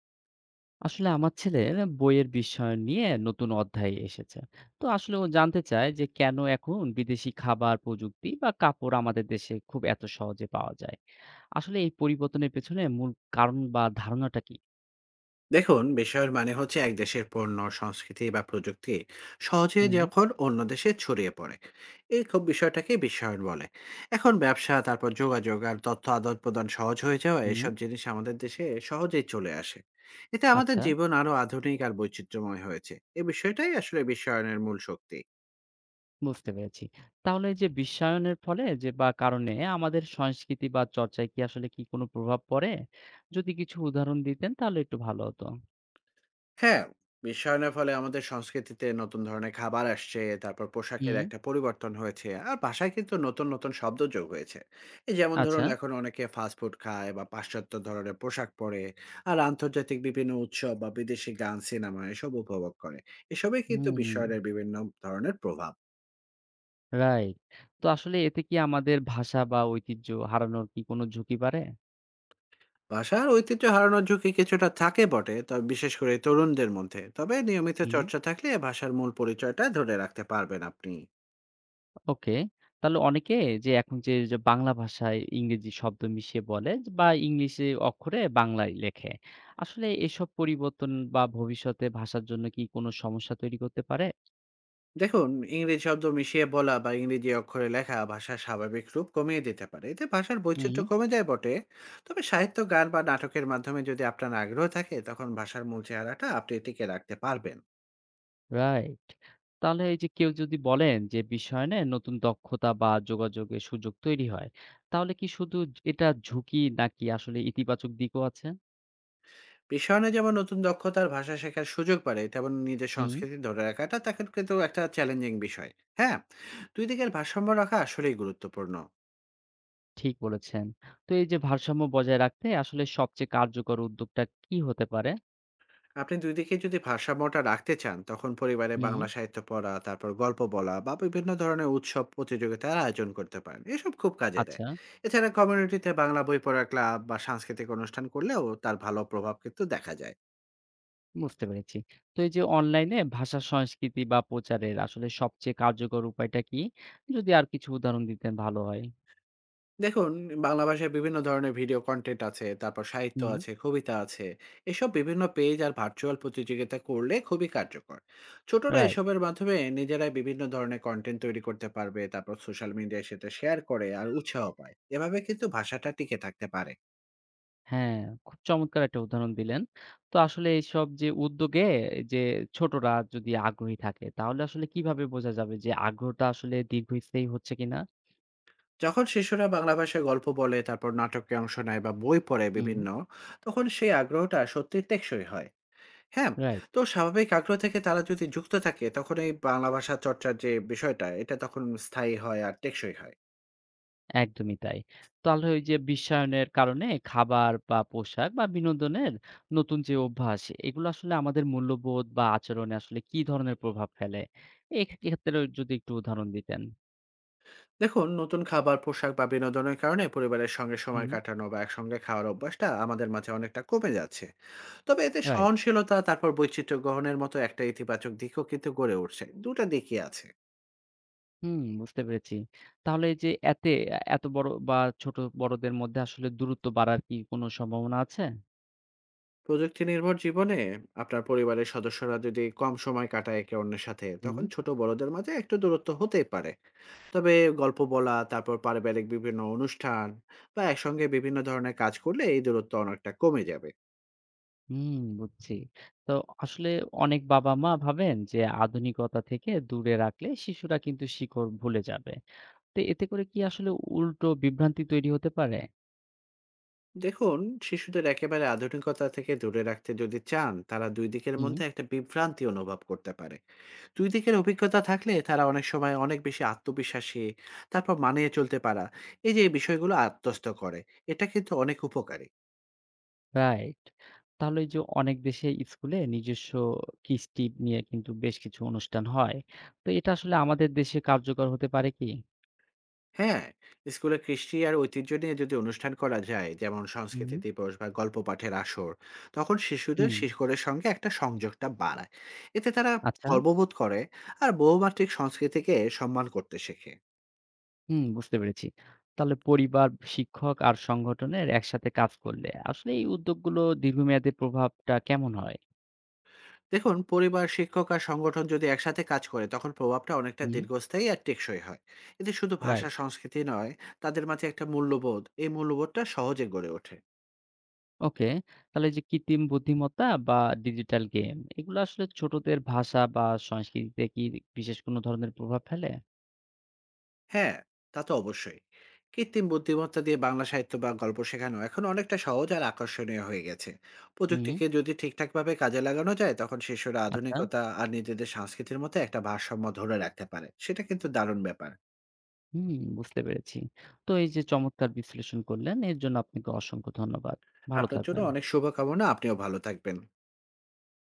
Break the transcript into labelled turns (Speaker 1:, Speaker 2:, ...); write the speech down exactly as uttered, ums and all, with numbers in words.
Speaker 1: আসলে আমার ছেলের বইয়ের বিষয় নিয়ে নতুন অধ্যায় এসেছে। তো আসলে ও জানতে চায় যে কেন এখন বিদেশি খাবার, প্রযুক্তি বা কাপড় আমাদের দেশে খুব এত সহজে পাওয়া যায়। আসলে এই পরিবর্তনের পেছনে মূল কারণ বা ধারণাটা কি?
Speaker 2: দেখুন, বিষয়ের মানে হচ্ছে এক দেশের পণ্য, সংস্কৃতি বা প্রযুক্তি সহজে
Speaker 1: হুম।
Speaker 2: যখন অন্য দেশে ছড়িয়ে পড়ে, এই খুব বিষয়টাকে বিশ্বায়ন বলে। এখন ব্যবসা, তারপর যোগাযোগ আর তথ্য আদান প্রদান সহজ হয়ে যাওয়া
Speaker 1: হুম।
Speaker 2: এসব জিনিস আমাদের দেশে সহজেই চলে আসে। এতে আমাদের
Speaker 1: আচ্ছা।
Speaker 2: জীবন আরো আধুনিক আর বৈচিত্র্যময় হয়েছে। এই বিষয়টাই আসলে বিশ্বায়নের মূল শক্তি।
Speaker 1: বুঝতে পেরেছি। তাহলে এই যে বিশ্বায়নের ফলে যে বা কারণে আমাদের সংস্কৃতি বা চর্চায় কি আসলে কি কোনো প্রভাব পড়ে? যদি কিছু উদাহরণ দিতেন তাহলে একটু ভালো হতো।
Speaker 2: হ্যাঁ, বিশ্বায়নের ফলে আমাদের সংস্কৃতিতে নতুন ধরনের খাবার আসছে, তারপর পোশাকের
Speaker 1: হুম।
Speaker 2: একটা পরিবর্তন হয়েছে। আর ভাষায় কিন্তু নতুন নতুন শব্দ যোগ হয়েছে। এই যেমন
Speaker 1: আচ্ছা।
Speaker 2: ধরুন, এখন অনেকে ফাস্ট ফুড খায় বা পাশ্চাত্য ধরনের পোশাক পরে। আর আন্তর্জাতিক বিভিন্ন উৎসব বা বিদেশি গান, সিনেমা এসব উপভোগ করে। এসবই কিন্তু
Speaker 1: হুম।
Speaker 2: বিশ্বায়নের বিভিন্ন ধরনের প্রভাব।
Speaker 1: রাইট। তো আসলে এতে কি আমাদের ভাষা বা ঐতিহ্য হারানোর কি কোনো ঝুঁকি বাড়ে?
Speaker 2: ভাষার ঐতিহ্য হারানোর ঝুঁকি কিছুটা থাকে বটে, তবে বিশেষ করে তরুণদের মধ্যে। তবে নিয়মিত
Speaker 1: হুম।
Speaker 2: চর্চা থাকলে ভাষার মূল পরিচয়টা ধরে রাখতে পারবেন আপনি।
Speaker 1: ওকে। তাহলে অনেকে যে এখন যে, যে বাংলা ভাষায় ইংরেজি শব্দ মিশিয়ে বলে বা ইংলিশে অক্ষরে বাংলায় লেখে। আসলে এসব পরিবর্তন বা ভবিষ্যতে ভাষার জন্য কি কোনো সমস্যা তৈরি করতে পারে?
Speaker 2: দেখুন, ইংরেজি শব্দ মিশিয়ে বলা বা ইংরেজি অক্ষরে লেখা ভাষার স্বাভাবিক রূপ কমিয়ে দিতে পারে। এতে ভাষার
Speaker 1: হুম।
Speaker 2: বৈচিত্র্য কমে যায় বটে, তবে সাহিত্য, গান বা নাটকের মাধ্যমে যদি আপনার আগ্রহ থাকে, তখন ভাষার মূল চেহারাটা আপনি টিকে রাখতে পারবেন।
Speaker 1: রাইট। তাহলে এই যে কেউ যদি বলেন যে বিশ্বায়নে নতুন দক্ষতা বা যোগাযোগের সুযোগ তৈরি হয়, তাহলে কি শুধু এটা ঝুঁকি নাকি আসলে ইতিবাচক দিকও আছে?
Speaker 2: বিশ্বায়নে যেমন নতুন দক্ষতার, ভাষা শেখার সুযোগ পারে, তেমন নিজের
Speaker 1: হুম।
Speaker 2: সংস্কৃতি ধরে রাখাটা তখন কিন্তু একটা চ্যালেঞ্জিং বিষয়। হ্যাঁ, দুই দিকের ভারসাম্য রাখা আসলেই গুরুত্বপূর্ণ।
Speaker 1: ঠিক বলেছেন। তো এই যে ভারসাম্য বজায় রাখতে আসলে সবচেয়ে কার্যকর উদ্যোগটা কি হতে পারে?
Speaker 2: আপনি দুই দিকে যদি ভারসাম্যটা রাখতে চান, তখন পরিবারে
Speaker 1: হুম।
Speaker 2: বাংলা সাহিত্য পড়া, তারপর গল্প বলা বা বিভিন্ন ধরনের উৎসব, প্রতিযোগিতার আয়োজন করতে পারেন। এসব খুব কাজে দেয়।
Speaker 1: আচ্ছা,
Speaker 2: এছাড়া কমিউনিটিতে বাংলা বই পড়ার ক্লাব বা সাংস্কৃতিক অনুষ্ঠান করলেও তার ভালো প্রভাব কিন্তু দেখা যায়।
Speaker 1: বুঝতে পেরেছি। তো এই যে অনলাইনে ভাষা, সংস্কৃতি বা প্রচারের আসলে সবচেয়ে কার্যকর উপায়টা কি? যদি আর কিছু উদাহরণ দিতেন ভালো হয়।
Speaker 2: দেখুন, বাংলা ভাষায় বিভিন্ন ধরনের ভিডিও কনটেন্ট আছে, তারপর সাহিত্য
Speaker 1: হুম।
Speaker 2: আছে, কবিতা আছে। এসব বিভিন্ন পেজ আর ভার্চুয়াল প্রতিযোগিতা করলে খুবই কার্যকর। ছোটরা
Speaker 1: রাইট।
Speaker 2: এসবের মাধ্যমে নিজেরাই বিভিন্ন ধরনের কনটেন্ট তৈরি করতে পারবে, তারপর সোশ্যাল মিডিয়ায় সেটা শেয়ার করে আর উৎসাহ পায়। এভাবে কিন্তু ভাষাটা টিকে থাকতে পারে।
Speaker 1: হ্যাঁ, খুব চমৎকার একটা উদাহরণ দিলেন। তো আসলে এইসব যে উদ্যোগে যে ছোটরা যদি আগ্রহী থাকে তাহলে আসলে কিভাবে বোঝা যাবে যে আগ্রহটা আসলে দীর্ঘস্থায়ী হচ্ছে কিনা?
Speaker 2: যখন শিশুরা বাংলা ভাষায় গল্প বলে, তারপর নাটকে অংশ নেয় বা বই পড়ে
Speaker 1: হুম।
Speaker 2: বিভিন্ন, তখন সেই আগ্রহটা সত্যিই টেকসই হয়। হ্যাঁ,
Speaker 1: রাইট।
Speaker 2: তো স্বাভাবিক আগ্রহ থেকে তারা যদি যুক্ত থাকে, তখন এই বাংলা ভাষা চর্চার যে বিষয়টা, এটা তখন স্থায়ী হয় আর টেকসই হয়।
Speaker 1: একদমই তাই। তাহলে ওই যে বিশ্বায়নের কারণে খাবার বা পোশাক বা বিনোদনের নতুন যে অভ্যাস, এগুলো আসলে আমাদের মূল্যবোধ বা আচরণে আসলে কি ধরনের প্রভাব ফেলে? এখ এক্ষেত্রে যদি একটু উদাহরণ দিতেন।
Speaker 2: দেখুন, নতুন খাবার, পোশাক বা বিনোদনের কারণে পরিবারের সঙ্গে সময়
Speaker 1: হুম,
Speaker 2: কাটানো বা একসঙ্গে খাওয়ার অভ্যাসটা আমাদের মাঝে অনেকটা কমে যাচ্ছে। তবে এতে
Speaker 1: রাইট।
Speaker 2: সহনশীলতা, তারপর বৈচিত্র্য গ্রহণের মতো একটা ইতিবাচক দিকও কিন্তু গড়ে উঠছে। দুই টা দিকই আছে।
Speaker 1: হুম, বুঝতে পেরেছি। তাহলে এই যে এতে এত বড় বা ছোট বড়দের মধ্যে আসলে দূরত্ব বাড়ার কি কোনো সম্ভাবনা আছে?
Speaker 2: প্রযুক্তি নির্ভর জীবনে আপনার পরিবারের সদস্যরা যদি কম সময় কাটায় একে অন্যের সাথে,
Speaker 1: হুম।
Speaker 2: তখন ছোট বড়দের মাঝে একটু দূরত্ব হতেই পারে। তবে গল্প বলা, তারপর পারিবারিক বিভিন্ন অনুষ্ঠান বা একসঙ্গে বিভিন্ন ধরনের কাজ করলে এই দূরত্ব অনেকটা কমে যাবে।
Speaker 1: হুম, বুঝছি। তো আসলে অনেক বাবা-মা ভাবেন যে আধুনিকতা থেকে দূরে রাখলে শিশুরা কিন্তু শিকড় ভুলে যাবে। তো এতে করে কি আসলে উল্টো বিভ্রান্তি তৈরি হতে পারে?
Speaker 2: দেখুন, শিশুদের একেবারে আধুনিকতা থেকে দূরে রাখতে যদি চান, তারা দুই দিকের
Speaker 1: হুম।
Speaker 2: মধ্যে একটা বিভ্রান্তি অনুভব করতে পারে। দুই দিকের অভিজ্ঞতা থাকলে তারা অনেক সময় অনেক বেশি আত্মবিশ্বাসী, তারপর মানিয়ে চলতে পারা, এই যে এই বিষয়গুলো আত্মস্থ করে, এটা কিন্তু অনেক উপকারী।
Speaker 1: রাইট। তাহলে এই যে অনেক দেশে স্কুলে নিজস্ব কৃষ্টি নিয়ে কিন্তু বেশ কিছু অনুষ্ঠান হয়। তো এটা আসলে আমাদের দেশে কার্যকর হতে পারে কি?
Speaker 2: হ্যাঁ, স্কুলে কৃষ্টি আর ঐতিহ্য নিয়ে যদি অনুষ্ঠান করা যায়, যেমন
Speaker 1: হুম।
Speaker 2: সংস্কৃতি দিবস বা গল্প পাঠের আসর, তখন শিশুদের
Speaker 1: হুম,
Speaker 2: শিকড়ের সঙ্গে একটা সংযোগটা বাড়ায়। এতে তারা
Speaker 1: আচ্ছা।
Speaker 2: গর্ববোধ করে আর বহুমাত্রিক সংস্কৃতিকে সম্মান করতে শেখে।
Speaker 1: হুম, বুঝতে পেরেছি। তাহলে পরিবার, শিক্ষক আর সংগঠনের একসাথে কাজ করলে আসলে এই উদ্যোগগুলো দীর্ঘমেয়াদী প্রভাবটা কেমন হয়?
Speaker 2: দেখুন, পরিবার, শিক্ষক আর সংগঠন যদি একসাথে কাজ করে, তখন প্রভাবটা অনেকটা
Speaker 1: হুম।
Speaker 2: দীর্ঘস্থায়ী আর টেকসই হয়। এতে শুধু ভাষা,
Speaker 1: রাইট।
Speaker 2: সংস্কৃতি নয়, তাদের মাঝে একটা মূল্যবোধ, এই মূল্যবোধটা সহজে গড়ে ওঠে।
Speaker 1: ওকে। তাহলে এই যে কৃত্রিম বুদ্ধিমত্তা বা ডিজিটাল গেম এগুলো আসলে ছোটদের ভাষা বা সংস্কৃতিতে কি বিশেষ কোনো ধরনের প্রভাব ফেলে?
Speaker 2: হ্যাঁ, তা তো অবশ্যই। কৃত্রিম বুদ্ধিমত্তা দিয়ে বাংলা সাহিত্য বা গল্প শেখানো এখন অনেকটা সহজ আর আকর্ষণীয় হয়ে গেছে।
Speaker 1: হুম।
Speaker 2: প্রযুক্তিকে যদি ঠিকঠাকভাবে কাজে লাগানো যায়, তখন শিশুরা
Speaker 1: আচ্ছা।
Speaker 2: আধুনিকতা আর নিজেদের সংস্কৃতির মধ্যে একটা ভারসাম্য ধরে রাখতে পারে। সেটা কিন্তু দারুণ ব্যাপার।
Speaker 1: হুম, বুঝতে পেরেছি। তো এই যে চমৎকার বিশ্লেষণ করলেন এর জন্য আপনাকে অসংখ্য ধন্যবাদ। ভালো
Speaker 2: আপনার জন্য
Speaker 1: থাকবেন।
Speaker 2: অনেক শুভকামনা। আপনিও ভালো থাকবেন।